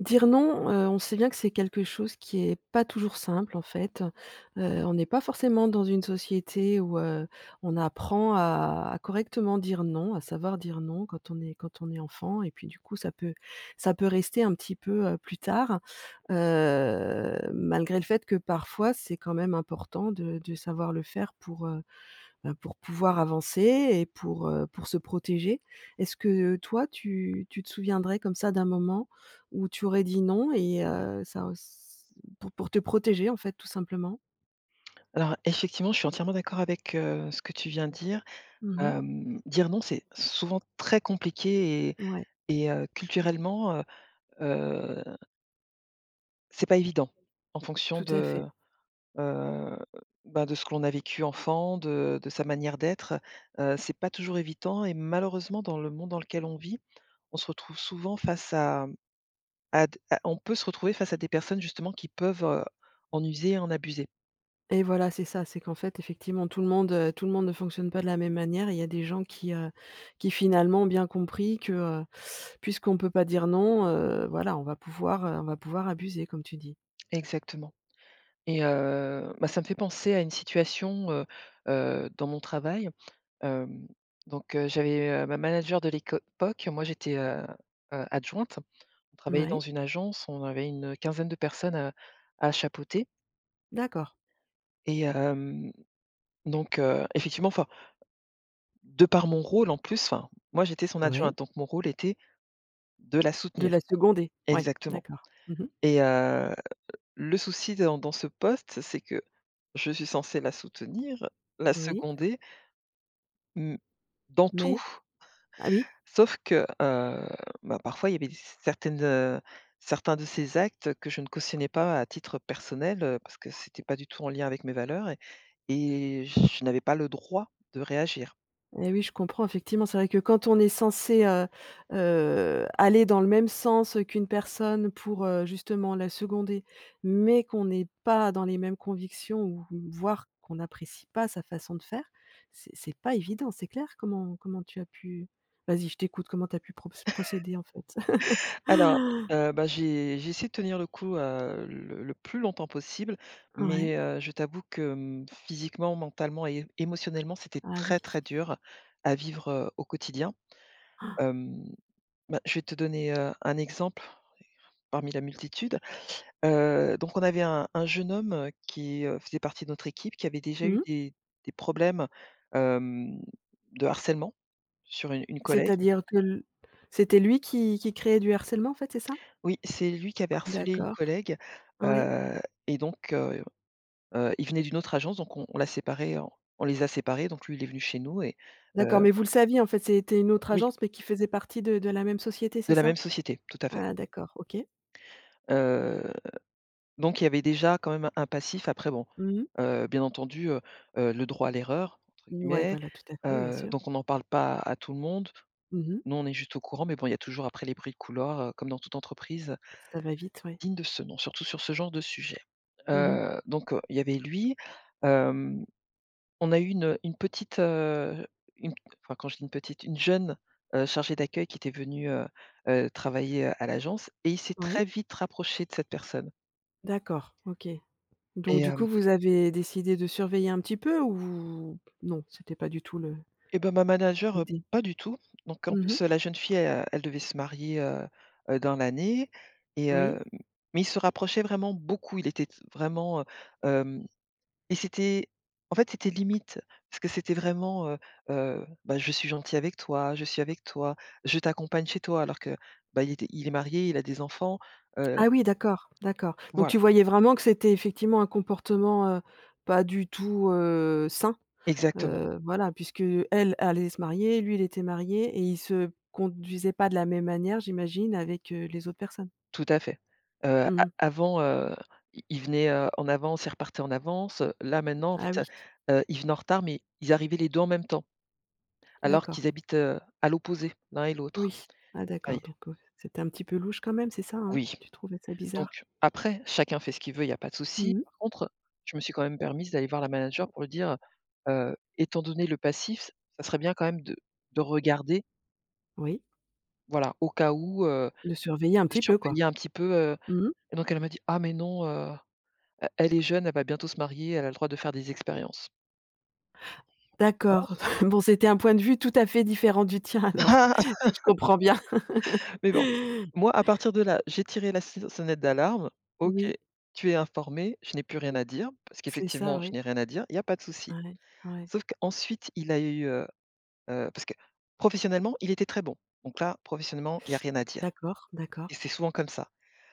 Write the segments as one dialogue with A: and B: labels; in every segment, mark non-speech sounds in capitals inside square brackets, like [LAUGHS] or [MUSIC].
A: Dire non, on sait bien que c'est quelque chose qui est pas toujours simple, en fait. On n'est pas forcément dans une société où, on apprend à correctement dire non, à savoir dire non quand on est enfant et puis, du coup, ça peut rester un petit peu, plus tard. Malgré le fait que, parfois, c'est quand même important de savoir le faire pour pouvoir avancer et pour se protéger. Est-ce que toi, tu te souviendrais comme ça d'un moment où tu aurais dit non et ça pour te protéger en fait, tout simplement?
B: Alors effectivement, je suis entièrement d'accord avec, ce que tu viens de dire.
A: Mmh.
B: Dire non, c'est souvent très compliqué et
A: Ouais,
B: et heu, culturellement, heu, c'est pas évident en fonction
A: tout à
B: de,
A: fait
B: heu, bah, de ce que l'on a vécu enfant, de sa manière d'être. C'est pas toujours évident et malheureusement dans le monde dans lequel on vit, on se retrouve souvent face à d à on peut se retrouver face à des personnes justement qui peuvent, en user et en abuser.
A: et voilà, c'est ça, c'est qu'en fait, effectivement, tout le monde ne fonctionne pas de la même manière. Il y a des gens qui finalement ont bien compris que, heu, puisqu'on ne peut pas dire non, voilà, on va pouvoir abuser comme tu dis.
B: Exactement, bah, ça me fait penser à une situation, dans mon travail. Hem, donc j'avais, ma manager de l'époque, moi j'étais, adjointe. On travaillait dans
A: Ouais,
B: une agence, on avait une quinzaine de personnes à chapeauter
A: d'accord.
B: et hem, donc effectivement, enfin, de par mon rôle en plus, enfin, moi j'étais son
A: Ouais.
B: adjointe, donc mon rôle était de la
A: De
B: soutenir.
A: la seconder? Ouais,
B: Exactement,
A: d'accord. Mmh mh.
B: et heu, le souci dans dans ce poste, c'est que je suis censée la soutenir, la
A: Oui,
B: seconder, mmh, dans tout,
A: mais? Ah oui?
B: sauf que, bah, parfois il y avait certaines, certains de ces actes que je ne cautionnais pas à titre personnel, parce que c'était pas du tout en lien avec mes valeurs et je n'avais pas le droit de réagir.
A: Eh oui, je comprends effectivement, c'est vrai que quand on est censé, aller dans le même sens, qu'une personne pour, justement la seconder, mais qu'on n'est pas dans les mêmes convictions ou voire qu'on n'apprécie pas sa façon de faire, c'est pas évident, c'est clair? Comment tu as pu vas-y, je t'écoute, comment tu as pu procéder en fait?
B: Alors,
A: [LAUGHS]
B: bah, j'ai essayé de tenir le coup, le plus longtemps possible,
A: Ouais,
B: mais, je t'avoue que, mmh, physiquement, mentalement et émotionnellement, c'était
A: ah oui.
B: très, très dur à vivre, au quotidien. Hem Bah, je vais te donner, un exemple parmi la multitude. Donc on avait un jeune homme, qui, faisait partie de notre équipe, qui avait déjà
A: Mmh
B: eu
A: mh.
B: des problèmes, hem, de harcèlement sur une collègue.
A: C'est-à-dire que l C'était lui qui créait du harcèlement en fait, c'est ça?
B: Oui, c'est lui qui avait harcelé une
A: D'accord.
B: collègue,
A: Oui.
B: heu et donc il venait d'une autre agence, donc on l'a séparé en on les a séparés, donc lui, il est venu chez nous et
A: D'accord,
B: heu
A: mais vous le saviez en fait, c'était une autre
B: oui,
A: agence, mais qui faisait partie de la même société, c'est
B: de la
A: ça?
B: même société, tout à fait.
A: Ah d'accord, OK.
B: Heu Donc il y avait déjà quand même un passif. Après bon,
A: Mmh.
B: bien entendu, le «droit à l'erreur» entre
A: Ouais,
B: guillemets,
A: voilà, tout à fait, bien sûr.
B: donc on n'en parle pas à tout le monde.
A: Mmh.
B: Nous, on est juste au courant, mais bon, il y a toujours après les bruits de couloir, comme dans toute entreprise
A: Ça va vite, oui.
B: digne de ce nom, surtout sur ce genre de sujet.
A: Oui.
B: Donc il y avait lui, hem, on a eu une petite, une enfin quand je dis une petite, une jeune, chargée d'accueil qui était venue, travailler, à l'agence et il s'est très vite rapproché de cette personne
A: D'accord, OK. Donc du coup,
B: et
A: vous avez décidé de surveiller un petit peu ou non, c'était pas du tout le
B: Et ben ma manager,
A: l'idée?
B: pas du tout. Donc en
A: Mmh.
B: plus, la jeune fille, elle devait se marier, dans l'année et
A: Oui.
B: hem, mais ils se rapprochaient vraiment beaucoup. Il était t vraiment, hem et c'était en fait, c'était limite parce que c'était vraiment, bah, «Je suis gentil avec toi, je suis avec toi, je t'accompagne chez toi», alors que, bah, il était il est marié, il a des enfants, heu,
A: Ah oui, d'accord, d'accord. Donc
B: voilà.
A: tu voyais vraiment que c'était effectivement un comportement, pas du tout, sain,
B: Exactement.
A: voilà, puisque elle allait se marier, lui il était marié et il se conduisait pas de la même manière, j'imagine, avec, les autres personnes?
B: Tout à fait. A
A: Mmh.
B: avant, i ils venaient, en avance, ils repartaient en avance, là maintenant en
A: Ah
B: fait,
A: oui,
B: ils venaient en retard, mais ils arrivaient les 2 en même temps, alors
A: d'accord.
B: qu'ils habitent, à l'opposé l'un et l'autre.
A: Oui. Ah
B: Ah i
A: d'accord, donc, c'était un petit peu louche quand même, c'est ça, hein?
B: Oui,
A: Tu trouvais ça bizarre?
B: donc après chacun fait ce qu'il veut, il y a pas de souci.
A: Mmh.
B: Par contre, je me suis quand même permise d'aller voir la manager pour lui dire, «Étant donné le passif, ç ça serait bien quand même de regarder,
A: Oui,
B: voilà, au cas où,
A: de surveiller un
B: de
A: petit peu, quoi.
B: surveiller un petit peu,»
A: Mmh.
B: et donc elle m'a dit: «Ah mais non,» E elle est jeune, elle va bientôt se marier, elle a le droit de faire des expériences. D'accord.
A: D'accord. [LAUGHS] Bon, c'était un point de vue tout à fait différent du tien alors, [LAUGHS]
B: [LAUGHS]
A: si je comprends bien.
B: Mais bon,
A: [LAUGHS]
B: moi, à partir de là, j'ai tiré la se sonnette d'alarme. OK,
A: Oui,
B: tu es informé, je n'ai plus rien à dire, parce
A: c'est ça,
B: qu'effectivement, je
A: oui.
B: n'ai rien à dire, il y a pas de souci.
A: Ouais, ouais.
B: Sauf qu'ensuite, il a eu, parce que professionnellement, il était très bon. Donc là, professionnellement, il y a rien à dire
A: D'accord,
B: et
A: d'accord.
B: c'est souvent comme ça.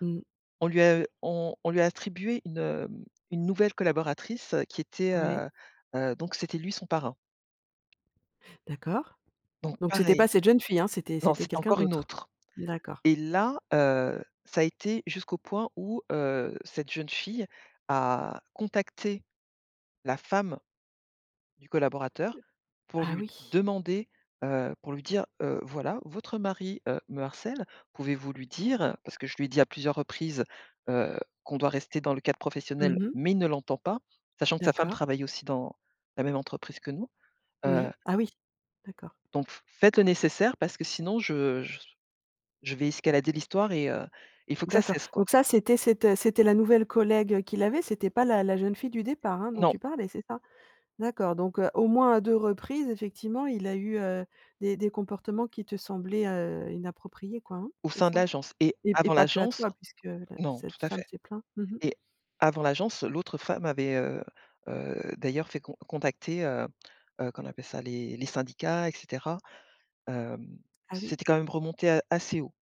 A: Mmh,
B: On lui a attribué une, une nouvelle collaboratrice, qui était,
A: ouais,
B: donc c'était lui son parrain.
A: d'accord.
B: Donc
A: Donc c'était
B: pareil,
A: pas cette jeune fille, hein, c'était
B: non,
A: c'était
B: c'était
A: quelqu'un
B: encore une
A: d'autre?
B: autre.
A: D'accord.
B: Et là, ça a été jusqu'au point où, cette jeune fille a contacté la femme du collaborateur pour
A: Ah
B: lui
A: oui.
B: demander, pour lui dire, «Voilà, votre mari, me harcèle, pouvez-vous lui dire?» parce que je lui ai dit à plusieurs reprises, heu, qu'on doit rester dans le cadre professionnel,
A: Mmh.
B: mais il ne l'entend pas, sachant que sa femme
A: D'accord.
B: travaille aussi dans la même entreprise que nous, heu,
A: Oui. Ah oui. D'accord,
B: donc faites le nécessaire parce que sinon je vais escalader l'histoire il faut que ça
A: d'accord.
B: cesse, quoi».
A: Donc ça, c'était cette, c'était la nouvelle collègue, qu'il avait, c'était pas la jeune fille du départ, hein, dont
B: Non.
A: tu parlais, c'est ça? D'accord, donc au moins à 2 reprises, effectivement, il a eu, des comportements qui te semblaient, inappropriés, quoi, hein?
B: Au
A: C'est
B: sein de
A: ça?
B: l'agence et
A: Et
B: avant
A: pas que à
B: l'agence
A: toi puisque la
B: non, tout
A: cette
B: à
A: femme
B: fait
A: s'est plainte. Mmh.
B: et avant l'agence, l'autre femme avait, d'ailleurs fait con contacter, qu'on appelle ça? Les syndicats et cetera. Hem,
A: Ah oui,
B: C'était quand même remonté a assez haut.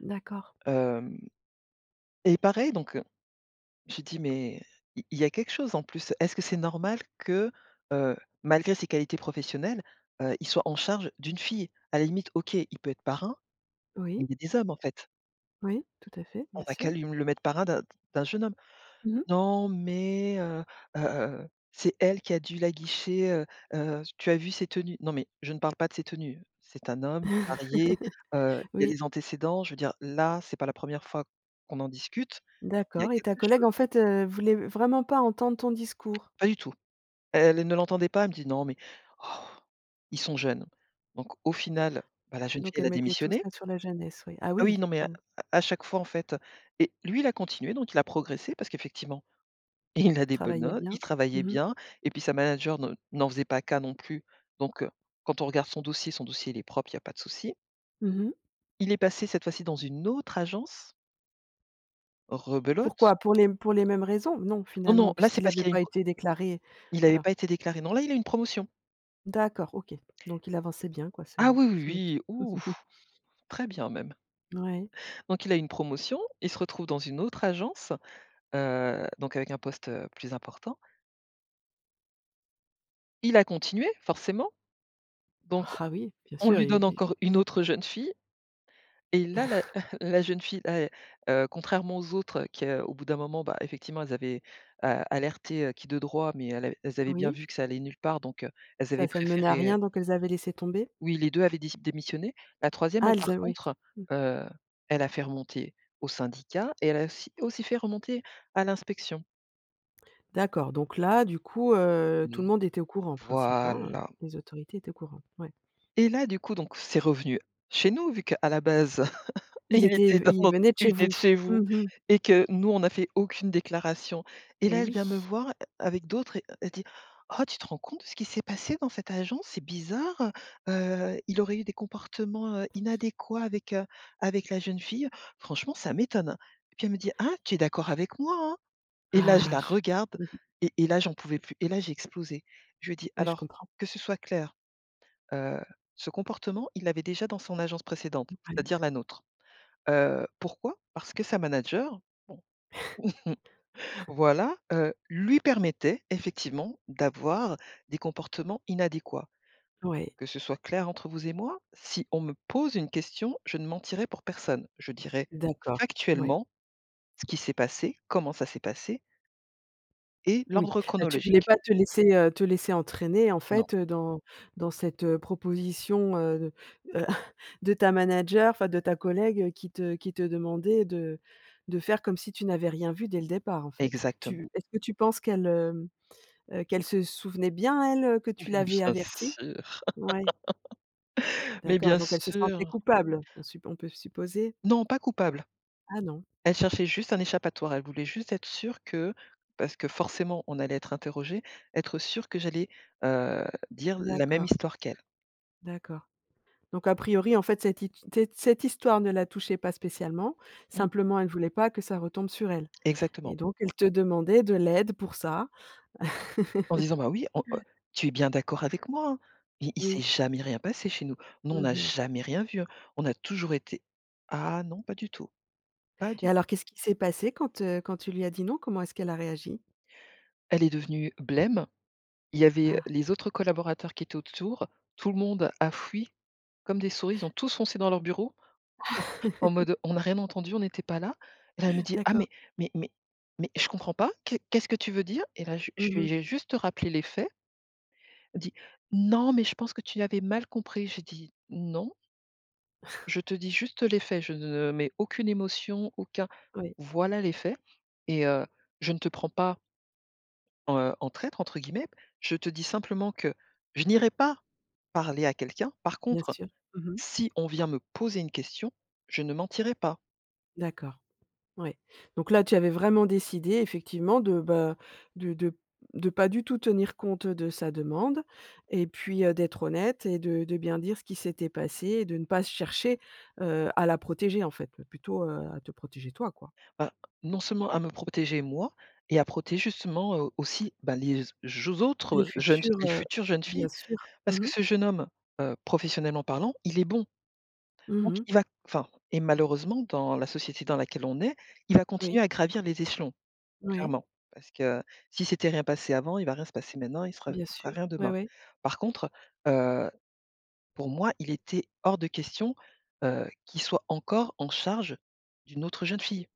A: d'accord.
B: Hem Et pareil donc, j'ai dit: «Mais il y a quelque chose en plus. Est-ce que c'est normal que, heu, malgré ses qualités professionnelles, il soit en charge d'une fille?» À la limite, OK, il peut être parrain, mais
A: Oui,
B: il y a des hommes en fait.
A: oui, tout à fait,
B: On
A: bien
B: n'a
A: sûr.
B: qu'à lui le mettre parrain d'un jeune homme.
A: Mmh.
B: Non, mais c'est elle qui a dû l'aguicher, tu as vu ses tenues? Non, mais je ne parle pas de ses tenues. C'est un homme, il est marié,
A: [LAUGHS]
B: il y a
A: Oui,
B: des antécédents. Je veux dire, là, c'est pas la première fois qu'on en discute. Il y a
A: d'accord et ta
B: quelque
A: collègue,
B: chose.
A: en fait, voulait vraiment pas entendre ton discours?
B: Pas du tout. Elle ne l'entendait pas, elle me dit: «Non, mais oh, ils sont jeunes». Donc au final, bah, la jeune
A: Donc
B: fille, elle
A: elle
B: a
A: mettait tout
B: démissionné.
A: ça sur la jeunesse, oui. Ah
B: Ah oui,
A: oui,
B: non, mais
A: donc
B: à chaque fois, en fait, et lui, il a continué, donc il a progressé parce qu'effectivement [LAUGHS] et il a des bonnes
A: travaillait
B: notes, il
A: bien.
B: travaillait
A: Mmh mh.
B: bien et puis sa manager ne n'en faisait pas cas non plus. Donc, quand on regarde son dossier il est propre, il n'y a pas de souci.
A: Mmh.
B: Il est passé cette fois-ci dans une autre agence, rebelote.
A: Pourquoi? Pour les mêmes raisons? Non,
B: Non,
A: finalement,
B: non, là c'est
A: puisqu'il
B: parce
A: n'avait
B: qu'il a une
A: pas
B: pro
A: été déclaré,
B: il avait
A: voilà.
B: pas été déclaré. Non, là il a une promotion.
A: D'accord, OK. Donc il avançait bien quoi ce
B: Ah oui, oui,
A: ce monsieur.
B: oui, ouf,
A: [LAUGHS]
B: très bien même.
A: Ouais.
B: Donc il a une promotion, il se retrouve dans une autre agence, donc avec un poste, plus important. Il a continué forcément, donc
A: Ah oui, bien
B: on
A: sûr,
B: lui
A: il
B: donne
A: il
B: encore une autre jeune fille. Et là, la [LAUGHS] la jeune fille, là, elle, contrairement aux autres qui, au bout d'un moment, bah, effectivement, elles avaient, alerté, qui de droit, mais elles avaient bien
A: oui,
B: vu que ça allait nulle part, donc elles
A: ça
B: avaient
A: ça ne menait à
B: préféré,
A: rien, donc elles avaient laissé tomber?
B: oui, les 2 avaient dé démissionné. La troisième,
A: Ah
B: elle,
A: elles
B: par
A: a oui.
B: contre, heu, elle a fait remonter au syndicat et elle a aussi fait remonter à l'inspection.
A: D'accord, donc là, du coup, tout le
B: Mmh.
A: monde était au courant en principe, hein?
B: Voilà
A: Les autorités étaient au courant, ouais.
B: et là, du coup, donc c'est revenu chez nous vu qu'à la base [LAUGHS] et
A: Il
B: il
A: était
B: était
A: v
B: dans
A: Il
B: notre
A: venait de
B: il
A: chez
B: venait de
A: vous?
B: chez
A: Mmh
B: vous
A: mh.
B: et que nous, on n'a fait aucune déclaration et
A: Et
B: là, elle
A: oui.
B: vient me voir, avec d'autres et elle dit: «Oh, tu te rends compte de ce qui s'est passé dans cette agence? C'est bizarre, il aurait eu des comportements, inadéquats avec, avec la jeune fille. Franchement, ça m'étonne». Et puis elle me dit: «Ah, tu es d'accord avec moi, hein?» et là, je
A: Ah
B: la
A: je
B: regarde
A: mmh mh,
B: là, j'en pouvais plus et là, j'ai explosé. Je lui ai dit:
A: ouais, je
B: «Alors,
A: comprends.
B: que ce soit clair, heu, ce comportement, il l'avait déjà dans son agence précédente,
A: Ouais,
B: c'est-à-dire la nôtre». Pourquoi? Parce que sa manager, bon, [LAUGHS] voilà, lui permettait effectivement d'avoir des comportements inadéquats.
A: ouais,
B: Que ce soit clair entre vous et moi, si on me pose une question, je ne mentirai pour personne. Je dirai
A: d'accord, ouais,
B: factuellement ce qui s'est passé, comment ça s'est passé et
A: oui.
B: l'ordre
A: Bah, tu voulais
B: chronologique.
A: pas te laisser, te laisser entraîner en
B: Non,
A: fait, dans dans cette, proposition, de, [LAUGHS] de ta manager, enfin de ta collègue, qui te demandait de faire comme si tu n'avais rien vu dès le départ en fait.
B: exactement,
A: Tu Est-ce que tu penses qu'elle, hem. Qu'elle se souvenait bien elle, que
B: [LAUGHS]
A: tu
B: mais
A: l'avais
B: bien
A: avertie?
B: sûr,
A: Ouais,
B: mais
A: d'accord,
B: bien
A: donc elle se sentait
B: sûr.
A: coupable, on peut supposer?
B: Non, pas coupable.
A: Ah non,
B: Elle cherchait juste un échappatoire. Elle voulait juste être sûre que parce que forcément on allait être interrogé, être sûre que j'allais, heu, dire la même
A: d'accord,
B: histoire qu'elle.
A: d'accord. Donc a priori, en fait, cette hit cette cette histoire ne la touchait pas spécialement,
B: Mmh,
A: simplement, elle voulait pas que ça retombe sur elle et
B: exactement.
A: donc elle te demandait de l'aide pour ça. [LAUGHS]
B: En disant: «Bah oui, on, tu es bien d'accord avec moi, hein? Il s'est
A: Oui.
B: jamais rien passé chez nous. Nous, on
A: Mmh
B: n'a
A: mh
B: jamais rien vu, hein. On a toujours été» «Ah non, pas du tout, pas
A: et
B: du» tout.
A: alors qu'est-ce qui s'est passé quand, quand tu lui as dit non? Comment est-ce qu'elle a réagi?
B: Elle est devenue blême. Il y avait
A: Ah
B: les autres collaborateurs qui étaient autour. Tout le monde a fui comme des souris. Ils ont tous foncé dans leur bureau. En mode, on n'a rien entendu, on n'était pas là. Et là, elle me dit: «Ah
A: d'accord.
B: mais mais mais mais je comprends pas, qu'est-ce que tu veux dire?» et là, je
A: Mmh mh.
B: lui ai juste rappelé les faits. Elle dit: «Non, mais je pense que tu avais mal compris». J'ai dit: «Non, je te dis juste les faits, je ne mets aucune émotion, aucun
A: Oui,
B: voilà les faits et heu, je ne te prends pas, en traître» entre guillemets. Je te dis simplement que je n'irai pas parler à quelqu'un. Par
A: bien
B: contre,
A: sûr. Mmh mh.
B: si on vient me poser une question, je ne mentirai pas.
A: D'accord. Ouais. Donc là, tu avais vraiment décidé effectivement de, bah, de de de pas du tout tenir compte de sa demande et puis, d'être honnête et de bien dire ce qui s'était passé et de ne pas chercher, à la protéger en fait, mais plutôt, à te protéger toi, quoi.
B: Bah, non seulement à me protéger moi et à protéger justement, aussi, bah,
A: Les futurs,
B: les
A: heu,
B: futures jeunes
A: bien
B: filles.
A: sûr.
B: Parce que
A: Mhm.
B: ce jeune homme, professionnellement parlant, il est bon. Donc
A: Mhm.
B: il va enfin et malheureusement dans la société dans laquelle on est, il va continuer
A: Oui,
B: à gravir les échelons,
A: oui,
B: clairement. Parce que si c'était rien passé avant, il va rien se passer maintenant,
A: bien
B: il sera
A: sûr.
B: rien
A: Ouais,
B: demain.
A: ouais.
B: Par contre, pour moi, il était hors de question, qu'il soit encore en charge d'une autre jeune fille.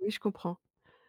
A: Oui, je comprends.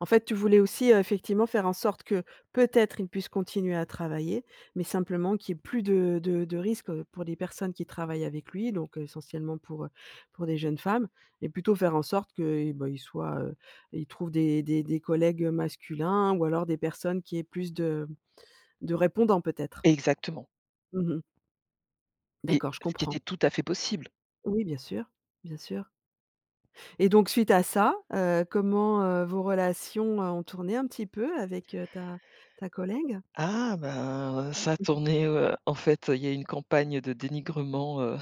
A: En fait, tu voulais aussi, effectivement faire en sorte que, peut-être, ils puissent continuer à travailler, mais simplement qu'il y ait plus de risques, pour les personnes qui travaillent avec lui, donc, essentiellement pour des jeunes femmes et plutôt faire en sorte que, et bah, ils soient, ils trouvent des collègues, masculins ou alors des personnes qui aient plus de répondants, peut-être?
B: Exactement
A: Mmh.
B: et
A: D'accord, je
B: ce qui
A: comprends.
B: était tout à fait possible.
A: Oui, bien sûr et donc suite à ça, comment, vos relations, ont tourné un petit peu avec, ta collègue?
B: Ah ben, ça a tourné, en fait, il y a eu une campagne de dénigrement,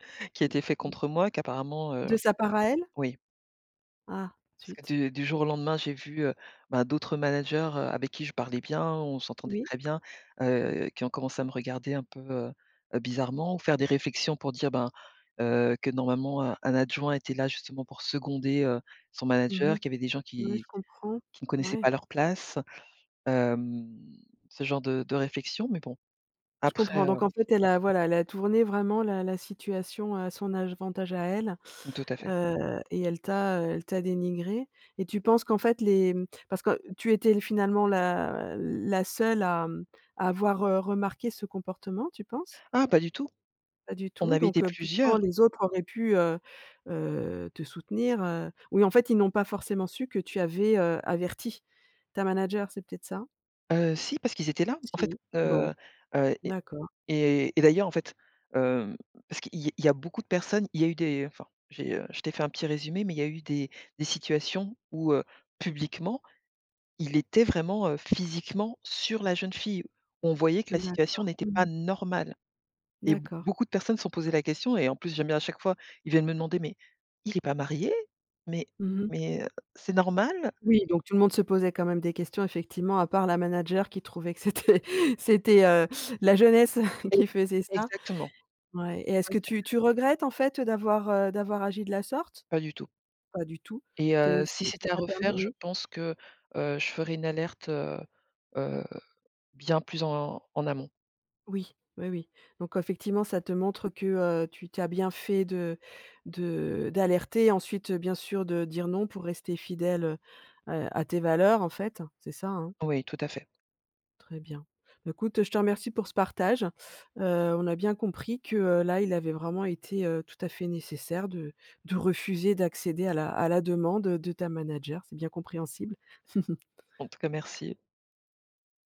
B: [LAUGHS] qui a été fait contre moi qu'apparemment,
A: De sa part à elle?
B: oui.
A: Ah
B: Parce que
A: zut.
B: du jour au lendemain, j'ai vu, bah, d'autres managers, avec qui je parlais bien, on s'entendait
A: Oui.
B: très bien, qui ont commencé à me regarder un peu, bizarrement ou faire des réflexions pour dire, ben, que normalement, un adjoint était là justement pour seconder, son
A: Mmh mh.
B: manager, qu'il y avait des gens
A: Ouais, je comprends.
B: qui ne connaissaient
A: Ouais,
B: pas leur place, hem, ce genre de réflexion, mais bon,
A: je comprends.
B: après,
A: Donc en fait, elle a voilà, elle a tourné vraiment la situation à son avantage à elle,
B: tout à fait.
A: et elle t'a dénigrée et tu penses qu'en fait les mmh, parce que tu étais finalement la seule à, mmh, à avoir, remarqué ce comportement, tu penses?
B: Ah, pas du tout,
A: Pas du
B: on
A: tout,
B: avait
A: donc
B: été
A: pourtant
B: plusieurs,
A: les autres auraient pu, te soutenir. Oui, en fait, ils n'ont pas forcément su que tu avais, averti ta manager, c'est peut-être ça?
B: si parce qu'ils étaient là. En fait,
A: Si. Bon, d'accord,
B: et d'ailleurs, en fait, hem, parce qu'il y a beaucoup de personnes il y a eu des enfin, j'ai, je t'ai fait un petit résumé, mais il y a eu des situations où, publiquement, il était vraiment, physiquement sur la jeune fille. On voyait que la situation
A: d'accord.
B: n'était pas
A: Mmh.
B: normale et b
A: D'accord.
B: beaucoup de personnes se sont posées la question et en plus, j'aime bien à chaque fois, ils viennent me demander: «Mais il n'est pas marié? Mais
A: Mmh.
B: mais, c'est normal?»
A: Oui, donc tout le monde se posait quand même des questions effectivement, à part la manager qui trouvait que c'était [LAUGHS] c'était, la jeunesse [LAUGHS]
B: et
A: qui faisait ça.
B: exactement.
A: Ouais et est-ce
B: Ouais,
A: que tu regrettes en fait, d'avoir, d'avoir agi de la sorte?
B: pas du tout.
A: Pas du tout. Te Ça
B: Si
A: ça
B: c'était à
A: t'a permis
B: refaire, je
A: oui?
B: pense que, je ferais une alerte, heu, bien plus en en amont.
A: Oui, oui, oui. Donc effectivement, ça te montre que, tu as bien fait de d'alerter, ensuite, bien sûr, de dire non pour rester fidèle, à tes valeurs, en fait. C'est ça, hein?
B: Oui, tout à fait.
A: Très bien. Bah, écoute, je te remercie pour ce partage. On a bien compris que, là, il avait vraiment été, tout à fait nécessaire de refuser d'accéder à la demande, de ta manager. C'est bien compréhensible. [LAUGHS]
B: En tout cas, merci.